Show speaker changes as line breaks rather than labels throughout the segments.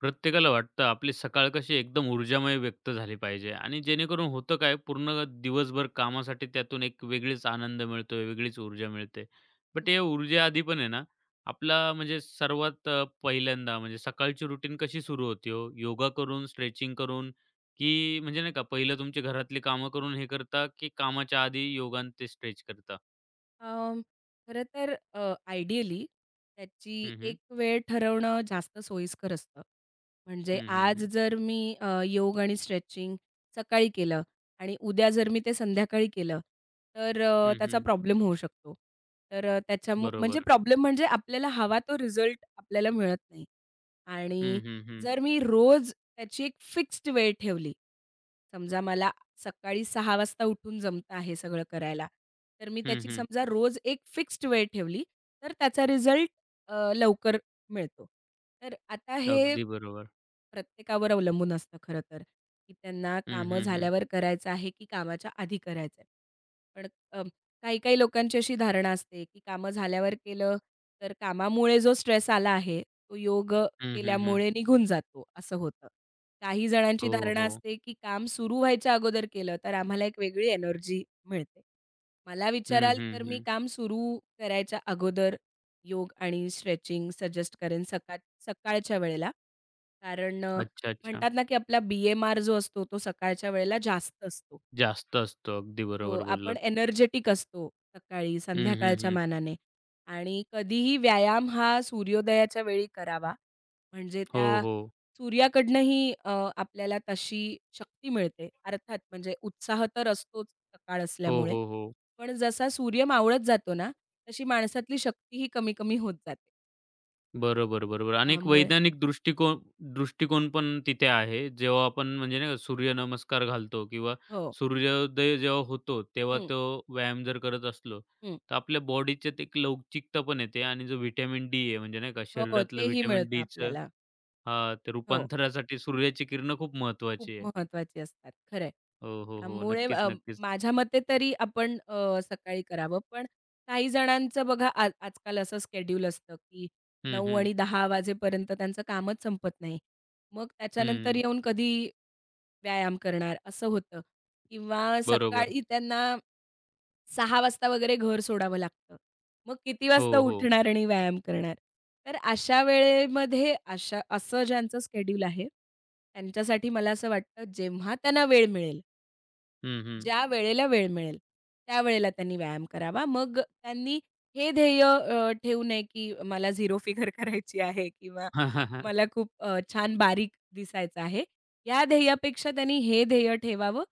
प्रत्येकाला वाटतं आपली सकाळ कशी एकदम ऊर्जामय व्यक्त झाली पाहिजे आणि जेणेकरून होतं काय पूर्ण दिवसभर कामासाठी त्यातून एक वेगळीच आनंद मिळतोय, वेगळीच ऊर्जा मिळते. बट
हं.
या ऊर्जेआधी पण आहे ना, आपला म्हणजे सर्वात पहिल्यांदा म्हणजे सकाळची रुटीन कशी सुरू होते हो? योगा करून, स्ट्रेचिंग करून की म्हणजे नाही का पहिलं तुमची घरातली कामं करून हे करता की कामाच्या आधी योगा आणि ते स्ट्रेच करता?
अं, खरं तर आयडियली त्याची
हं, हं.
एक वेळ ठरवणं जास्त सोयीस्कर असतं. म्हणजे
हं, हं,
आज
हं.
जर मी योग आणि स्ट्रेचिंग सकाळी केलं आणि उद्या जर मी ते संध्याकाळी केलं, तर
हं,
त्याचा
हं.
प्रॉब्लेम होऊ शकतो. तर म्हणजे
बरोबर.
प्रॉब्लेम म्हणजे आपल्याला हवा तो रिझल्ट आपल्याला मिळत नाही.
हं,
आणि
हं, हं.
जर मी रोज त्याची एक फिक्स्ड वेळ ठेवली, समजा मला सकाळी 6 वाजता उठून जमतं आहे सगळं करायला. तर मी
हं,
त्याची
हं.
समजा रोज एक फिक्स्ड वेळ ठेवली, तर त्याचा रिझल्ट लवकर मिळतो. तर आता हे
अगदी बरोबर.
प्रत्येकावर अवलंबून असतं खरं तर, की त्यांना
हं,
कामं
हं, हं.
झाल्यावर करायचं आहे, की कामाच्या आधी करायचं आहे. पण काही-काही लोकांची अशी धारणा असते, की कामं झाल्यावर केलं, तर कामामुळे जो स्ट्रेस आला आहे, तो योग
हं, हं, हं.
केल्यामुळे निघून जातो, असं होतं. काही जणांची
हो,
धारणा
हो.
असते, की काम सुरू व्हायच्या अगोदर केलं, तर आम्हाला एक वेगळी एनर्जी मिळते. मला
हं,
विचाराल
हं,
तर मी
हं.
काम सुरू करायच्या अगोदर योग आणि स्ट्रेचिंग सजेस्ट करेन सकाळच्या वेळेला. कारण
अच्छा, अच्छा.
म्हणतात ना, की आपला BMR जो असतो, तो सकाळच्या वेळेला जास्त असतो.
जास्त असतो. अगदी
तो
बरोबर
आपण
बोललात.
एनर्जेटिक असतो सकाळी,
हं, हं,
संध्याकाळच्या
हं.
मानाने आणि कधीही व्यायाम हा सूर्योदयाच्या वेळी करावा. म्हणजे
हो,
त्या
हो.
सूर्याकडनंही आपल्याला तशी शक्ती मिळते. अर्थात म्हणजे उत्साह तर असतोच सकाळ
हो,
असल्यामुळे.
हो, हो.
पण जसा सूर्य मावळत जातो ना, तशी माणसातली शक्तीही कमी-कमी होत जाते.
बरोबर, बरोबर. आणि एक
त्यामुळे
वैज्ञानिक दृष्टिकोन दृष्टिकोन पण तिथे आहे. जेव्हा आपण म्हणजे नाही का सूर्य नमस्कार घालतो किंवा
हो.
सूर्योदय जेव्हा होतो, तेव्हा
हं,
तो व्यायाम जर करत असलो,
हं.
तर आपल्या बॉडीच्यात एक लवचिकता पण येते आणि जो व्हिटॅमिन डी आहे म्हणजे नाही का
हो, हो.
शरीरातलं
तेही
व्हिटॅमिन
मिळतं
डीचं
आपल्याला.
हां, ते
हो.
रूपांतरासाठी सूर्याची किरणं खूप
खूप
महत्त्वाची आहे.
महत्वाची असतात. खरं आहे.
हो, हो, हो.
त्यामुळे
नक्कीच, नक्कीच.
माझ्या मते तरी आपण सकाळी करावं. पण काही जणांचं बघा आज आजकाल असं स्केड्यूल असतं, की
हं,
9
हं.
आणि 10 वाजेपर्यंत त्यांचं कामच संपत नाही. मग त्याच्यानंतर
हं.
येऊन कधी व्यायाम करणार असं होतं किंवा
बरोबर.
सकाळी त्यांना 6 वाजता वगैरे घर सोडावं लागतं. मग किती
हो,
वाजता
हो.
उठणार आणि व्यायाम करणार? तर अशा वेळेमध्ये असं ज्यांचं शेड्यूल आहे, त्यांच्यासाठी मला असं वाटतं जेव्हा त्यांना वेळ मिळेल,
हं, हं.
ज्या वेळेला वेळ मिळेल, त्यावेळेला त्यांनी व्यायाम करावा. मग त्यांनी हे ध्येय ठेवू नये, की मला झिरो फिगर करायची आहे किंवा मला खूप छान बारीक दिसायचं आहे. या ध्येयापेक्षा त्यांनी हे ध्येय ठेवावं,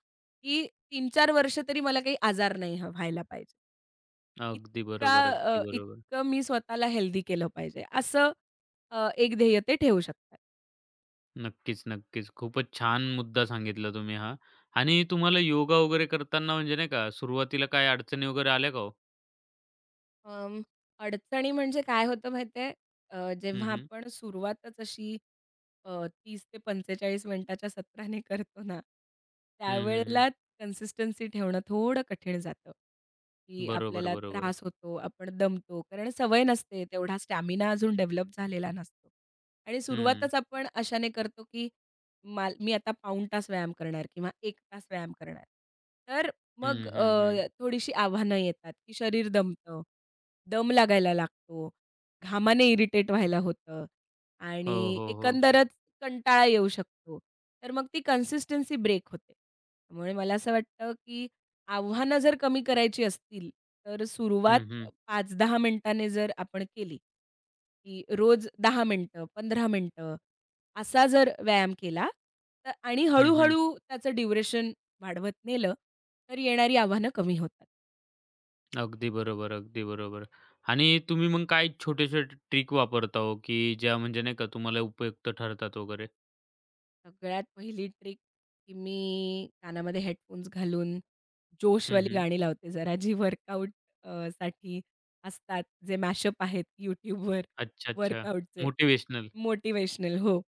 की 3-4 वर्ष तरी मला काही आजार नाही ह व्हायला पाहिजे.
अगदी बरोबर, अगदी बरोबर.
इतकं मी स्वतःला हेल्दी केलं पाहिजे असं एक ध्येय ते ठेवू शकतात.
नक्कीच, नक्कीच. खूपच छान मुद्दा सांगितला तुम्ही हा. आणि तुम्हाला योगा वगैरे करताना म्हणजे नाही का सुरुवातीला काही अडचणी वगैरे आल्या का हो?
अं, अडचणी म्हणजे काय होतं माहिती आहे?
हं,
जेव्हा
हं.
आपण सुरुवातच अशी अ, 30 ते 45 मिनिटाच्या सत्राने करतो ना,
हं, हं, हं.
त्यावेळेला कन्सिस्टन्सी ठेवणं थोडं कठीण जातं, की
बरोबर,
आपल्याला
बरोबर.
त्रास होतो, आपण दमतो. कारण सवय नसते, तेवढा स्टॅमिना अजून डेव्हलप झालेला नसतो. आणि
हं.
सुरुवातच आपण अशाने करतो, की माल मी आता पाऊण तास व्यायाम करणार किंवा 1 तास व्यायाम करणार. तर मग
हं, हं, हं.
थोडीशी आव्हानं येतात, की शरीर दमतं, दम लागायला लागतो, घामाने इरिटेट व्हायला होतं
हो,
आणि
हो, हो.
एकंदरच कंटाळा येऊ शकतो. तर मग ती कन्सिस्टन्सी ब्रेक होते. त्यामुळे मला असं वाटतं, की आव्हानं जर कमी करायची असतील, तर सुरुवात
हं, हं.
5-10 मिनिटांनी जर आपण केली, की रोज 10 मिनिटं, 15 मिनिटं असा जर व्यायाम केला तर आणि
हं, हं.
त्याचं ड्युरेशन वाढवत नेलं, तर येणारी आव्हानं कमी होतात.
अगदी बरोबर, अगदी बरोबर. आणि तुम्ही मग काय छोटे-छोटे ट्रिक वापरता हो, की ज्या म्हणजे नाही का तुम्हाला उपयुक्त ठरतात वगैरे?
सगळ्यात पहिली ट्रिक की मी कानामध्ये हेडफोन्स घालून
हं,
जोशवाली
हं.
गाणी लावते जरा, जी वर्कआउट साठी असतात, जे मॅशअप आहेत YouTubeवर
अच्छा, अच्छा.
वर्कआउटचे.
मोटिव्हेशनल.
मोटिवेशनल हो.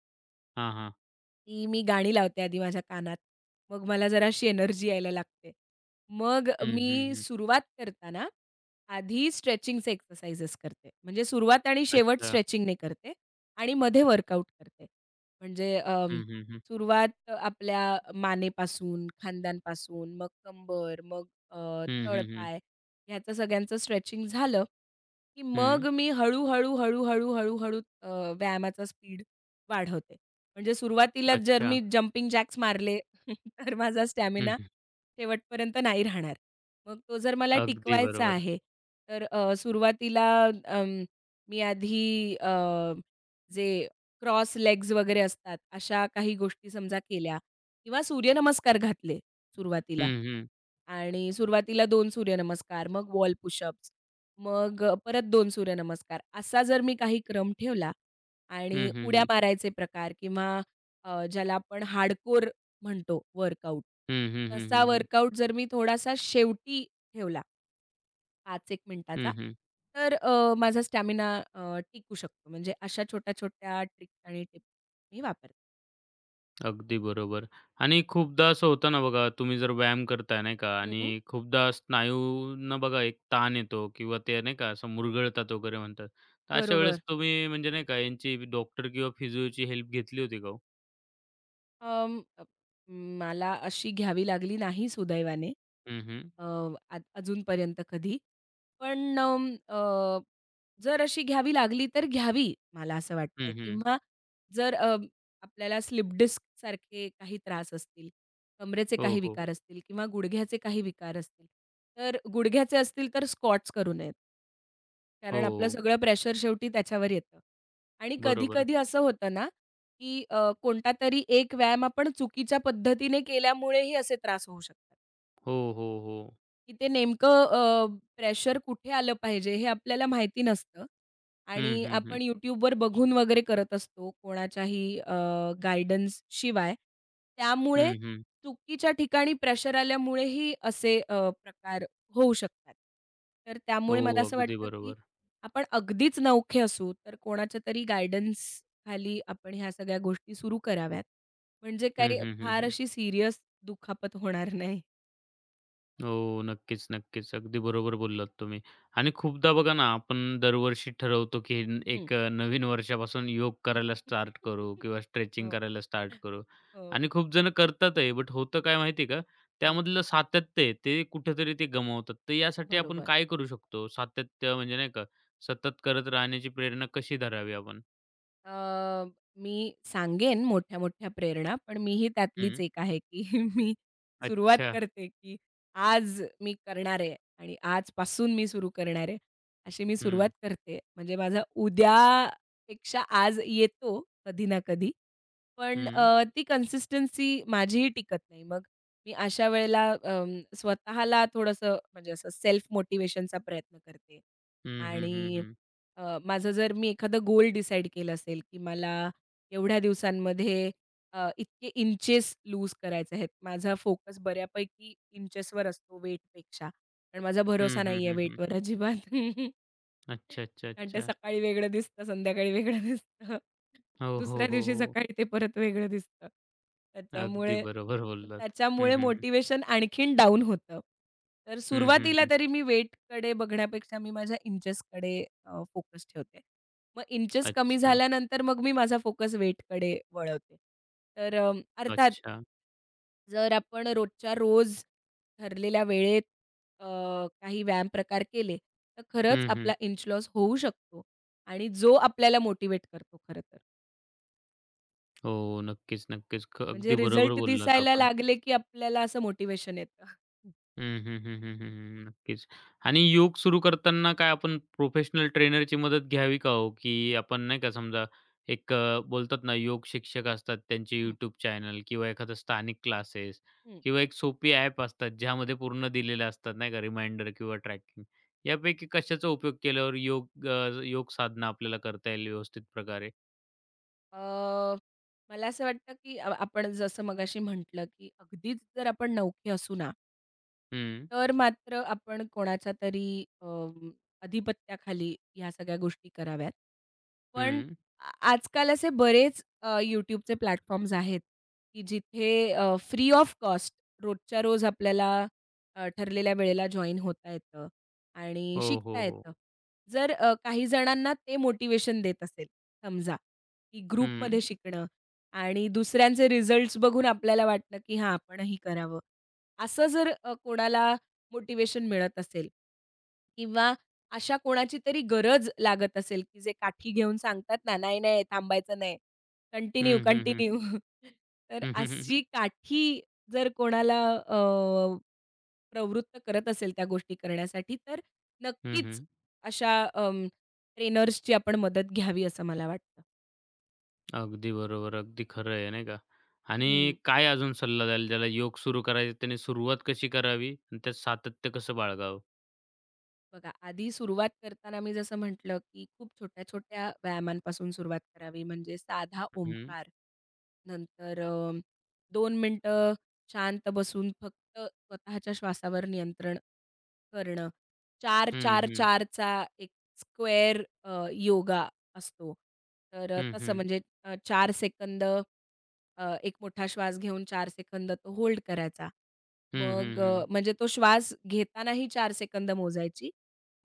हां, हां.
की मी गाणी लावते आधी माझ्या कानात. मग मला जरा अशी एनर्जी यायला लागते. मग
हं, हं,
मी
हं.
सुरुवात करताना आधी स्ट्रेचिंगचे एक्सरसाइजेस करते. म्हणजे सुरुवात आणि शेवट
अच्छा.
स्ट्रेचिंगने करते आणि मध्ये वर्कआउट करते. म्हणजे
हं, हं, हं.
सुरुवात आपल्या मानेपासून, खांद्यांपासून, मग कंबर, मग
हं, हं, हं.
तळपाय ह्याचं सगळ्यांचं स्ट्रेचिंग झालं, की मग
हं.
मी हळू-हळू, व्यायामाचा स्पीड वाढवते. म्हणजे सुरुवातीलाच जर
अच्छा.
मी जंपिंग जॅक्स मारले तर माझा
हं,
स्टॅमिना
हं.
शेवटपर्यंत नाही राहणार. मग तो जर मला
अगदी
टिकवायचा
बरोबर.
आहे, तर सुरुवातीला अं, मी आधी जे क्रॉस लेग्स वगैरे असतात, अशा काही गोष्टी समजा केल्या किंवा सूर्यनमस्कार घातले सुरुवातीला
हं, हं.
आणि सुरुवातीला 2 सूर्यनमस्कार, मग वॉल पुशअप्स, मग परत 2 सूर्यनमस्कार असा जर मी काही क्रम ठेवला, आणि
हं, हं,
उड्या
हं.
मारायचे प्रकार किंवा ज्याला आपण हार्डकोर म्हणतो वर्कआउट,
हं, हं, हं,
तसा
हं, हं.
वर्कआउट जर मी थोडासा शेवटी ठेवला 5-1 मिनिटाचा,
हं, हं.
तर माझा स्टॅमिना अ, टिकू शकतो. म्हणजे अशा छोट्या-छोट्या ट्रिक्स आणि टिप्स मी वापरते.
अगदी बरोबर आणि खूपदा असं होतं ना बघा, तुम्ही जर व्यायाम करताय नाही का आणि
हं.
खूपदा स्नायूंना बघा एक ताण येतो किंवा ते नाही का असं मुरगळतात वगैरे म्हणतात. तर अशा वेळेस
बरोबर.
तुम्ही म्हणजे नाही का यांची डॉक्टर किंवा फिजिओची हेल्प घेतली होती का हो?
अं, अ, मला अशी घ्यावी लागली नाही सुदैवाने.
हं, हं.
अ, आ अजूनपर्यंत कधी. पण जर अशी घ्यावी लागली तर घ्यावी, मला असं वाटतंय
हं, हं.
किंवा जर आपल्याला स्लिप डिस्क सारखे काही त्रास असतील, कमरेचे
हो,
काही
हो.
विकार असतील किंवा गुडघ्याचे काही विकार असतील, तर गुडघ्याचे असतील तर स्क्वॉट्स करू नयेत. कारण आपलं
हो.
सगळं प्रेशर शेवटी त्याच्यावर येतं आणि
बरोबर.
कधी-कधी असं होतं ना, की कोणता तरी एक व्यायाम आपण चुकीच्या पद्धतीने केल्यामुळेही असे त्रास होऊ शकतात.
हो, हो, हो.
तिथे नेमकं प्रेशर कुठे आलं पाहिजे हे आपल्याला माहिती नसतं आणि
हं, हं, हं.
आपण YouTubeवर बघून वगैरे करत असतो कोणाच्याही गाईडन्स शिवाय. त्यामुळे
हं, हं.
चुकीच्या ठिकाणी प्रेशर आल्यामुळेही असे प्रकार होऊ शकतात. तर
हो,
त्यामुळे मला असं
अगदी
वाटतं, की
बरोबर.
आपण अगदीच नवखे असू, तर कोणाच्या तरी गाईडन्स खाली आपण ह्या सगळ्या गोष्टी सुरू कराव्यात. म्हणजे
हं,
काही
हं, हं,
फार
हं.
अशी सीरियस दुखापत होणार नाही.
हो, नक्कीच, नक्कीच. अगदी बरोबर बोललात तुम्ही. आणि खूपदा बघा ना, आपण दरवर्षी ठरवतो, की एक नवीन वर्षापासून योग करायला स्टार्ट करू किंवा स्ट्रेचिंग
हो,
करायला स्टार्ट करू.
हो.
आणि खूप जण करतातही, बट होतं काय माहिती आहे का,
हं,
त्यामधलं सातत्य आहे, ते कुठेतरी ते गमावतात. तर यासाठी आपण
बरोबर.
काय करू शकतो? सातत्य म्हणजे नाही का, सतत करत राहण्याची प्रेरणा कशी धरावी आपण?
अ, मी सांगेन मोठ्या-मोठ्या प्रेरणा, पण मीही त्यातलीच
हं.
एक आहे, की मी सुरुवात
अच्छा.
करते, की आज मी करणार आहे आणि आजपासून मी सुरू करणार आहे, अशी मी सुरुवात
हं.
करते. म्हणजे माझा उद्यापेक्षा आज येतो कधी ना कधी. पण
हं.
ती कन्सिस्टन्सी माझीही टिकत नाही. मग मी अशा वेळेला स्वतःला थोडंसं म्हणजे असं सेल्फ मोटिव्हेशनचा प्रयत्न करते.
हं, हं, हं,
आणि
हं.
माझं जर मी एखादं गोल डिसाईड केलं असेल, की मला एवढ्या दिवसांमध्ये इतके इंचेस लूज करायचे आहेत. माझा फोकस बऱ्यापैकी इंचेसवर असतो वेटपेक्षा. कारण माझा
हं,
भरोसा
हं,
नाही आहे
हं, हं.
वेटवर अजिबात.
अच्छा, अच्छा,
कारण ते
अच्छा.
सकाळी वेगळं दिसतं, संध्याकाळी वेगळं दिसतं.
हो, हो,
दुसऱ्या
हो,
दिवशी
हो.
सकाळी ते परत वेगळं दिसतं.
अगदी
त्याच्यामुळे
बरोबर बोललात. हं,
त्याच्यामुळे
हं, हं.
मोटिवेशन आणखीन डाउन होतं. तर
हं, हं,
सुरुवातीला
हं.
तरी मी वेटकडे बघण्यापेक्षा मी माझ्या इंचेसकडे फोकस ठेवते. मग इंचेस कमी
अच्छा,
झाल्यानंतर मग मी माझा फोकस वेटकडे वळवते. तर अर्थात
अच्छा.
जर आपण रोजच्या रोज ठरलेल्या वेळेत अ, काही व्यायाम प्रकार केले, तर खरंच
हं, हं.
आपला इंच लॉस होऊ शकतो आणि जो आपल्याला मोटिव्हेट करतो खरं तर.
हो, नक्कीच, नक्कीच. ख
म्हणजे
अगदी बरोबर
रिझल्ट
बोललात
दिसायला
आपण.
लागले, की आपल्याला असं मोटिव्हेशन येतं.
हं, हं, हं, हं, हं, हं. नक्कीच. आणि योग सुरू करताना काय आपण प्रोफेशनल ट्रेनरची मदत घ्यावी का हो? की आपण नाही का समजा एक बोलतात ना योग शिक्षक असतात त्यांचे
हं,
YouTube चॅनल किंवा एखादं स्थानिक क्लासेस
हं.
किंवा एक सोपी ॲप असतात ज्यामध्ये पूर्ण दिलेले असतात नाही का रिमाइंडर किंवा ट्रॅकिंग. यापैकी कशाचा उपयोग केल्यावर योग साधना आपल्याला करता येईल व्यवस्थित प्रकारे?
अ, मला असं वाटतं, की आपण जसं मगाशी म्हटलं, की अगदीच जर आपण नवखे असू ना
हं,
तर मात्र आपण कोणाच्या तरी अधिपत्याखाली ह्या सगळ्या गोष्टी कराव्यात. पण
हं.
आजकाल असे बरेच YouTubeचे प्लॅटफॉर्म्स आहेत, की जिथे फ्री ऑफ कॉस्ट रोजच्या रोज आपल्याला ठरलेल्या वेळेला जॉइन होता येतं आणि
हो,
शिकता
हो, हो.
येतं. जर काही जणांना ते मोटिव्हेशन देत असेल समजा, की
हं.
ग्रुपमध्ये शिकणं आणि दुसऱ्यांचे रिझल्ट्स बघून आपल्याला वाटलं, की हां आपणही करावं. असं जर कोणाला मोटिवेशन मिळत असेल किंवा अशा कोणाची तरी गरज लागत असेल, की जे काठी घेऊन सांगतात ना, "नाही, नाही थांबायचं नाही. कंटिन्यू,
हं, हं, हं.
कंटिन्यू." तर
हं, हं, हं.
अशी काठी जर कोणाला अ, प्रवृत्त करत असेल त्या गोष्टी करण्यासाठी, तर
हं,
नक्कीच
हं.
अशा ट्रेनर्सची आपण मदत घ्यावी असं मला वाटतं.
अगदी बरोबर. अगदी खरं आहे, नाही का? आणि
हं.
काय अजून सल्ला द्याल ज्याला योग सुरू करायचा त्याने सुरुवात कशी करावी आणि त्यात सातत्य कसं बाळगावं?
बघा, आधी सुरुवात करताना मी जसं म्हटलं, की खूप छोट्या-छोट्या व्यायामांपासून सुरुवात करावी. म्हणजे साधा
हं,
ओमकार, नंतर 2 मिनिटं शांत बसून फक्त स्वतःच्या श्वासावर नियंत्रण करणं. चार
हं,
चार
हं.
4 चा एक स्क्वेअर योगा असतो. तर
हं,
तसं
हं.
म्हणजे 4 सेकंद एक मोठा श्वास घेऊन 4 सेकंद तो होल्ड करायचा.
हं, हं,
मग
हं.
म्हणजे तो श्वास घेतानाही 4 सेकंद मोजायची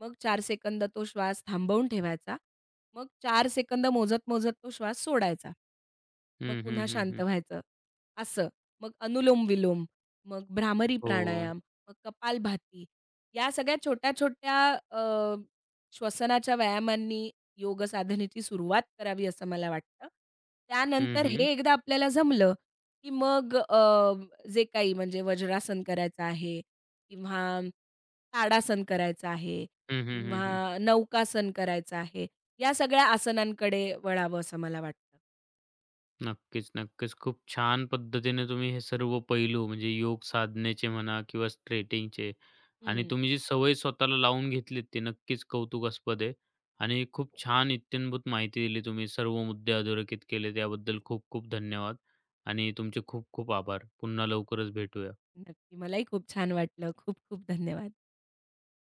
मग चार सेकंद तो श्वास थांबवून ठेवायचा. मग 4 सेकंद मोजत-मोजत तो श्वास सोडायचा. मग
हं, हं,
पुन्हा
हं,
शांत
हं.
व्हायचं. असं. मग अनुलोम-विलोम, मग भ्रामरी
हो.
प्राणायाम, मग कपालभाती. या सगळ्या छोट्या-छोट्या अ, श्वसनाच्या व्यायामांनी योग साधनेची सुरुवात करावी असं मला वाटतं.
हं,
त्यानंतर
हं.
हे एकदा आपल्याला जमलं, की मग जे काही म्हणजे वज्रासन करायचं आहे किंवा ताडासन करायचं आहे
हं, हं, हं, हं.
किंवा नौकासन करायचं आहे. या सगळ्या आसनांकडे वळावं असं मला वाटतं.
नक्कीच, नक्कीच. खूप छान पद्धतीने तुम्ही हे सर्व पैलू म्हणजे योग साधनेचे म्हणा किंवा स्ट्रेचिंगचे आणि
हं.
तुम्ही जी सवय स्वतःला लावून घेतलीत ती नक्कीच कौतुकास्पद आहे आणि खूप छान इत्थंभूत माहिती दिली तुम्ही. सर्व मुद्दे अधोरेखित केले त्याबद्दल खूप खूप धन्यवाद आणि तुमचे खूप खूप आभार. पुन्हा लवकरच भेटूया.
नक्की. मलाही खूप छान वाटलं. खूप खूप धन्यवाद.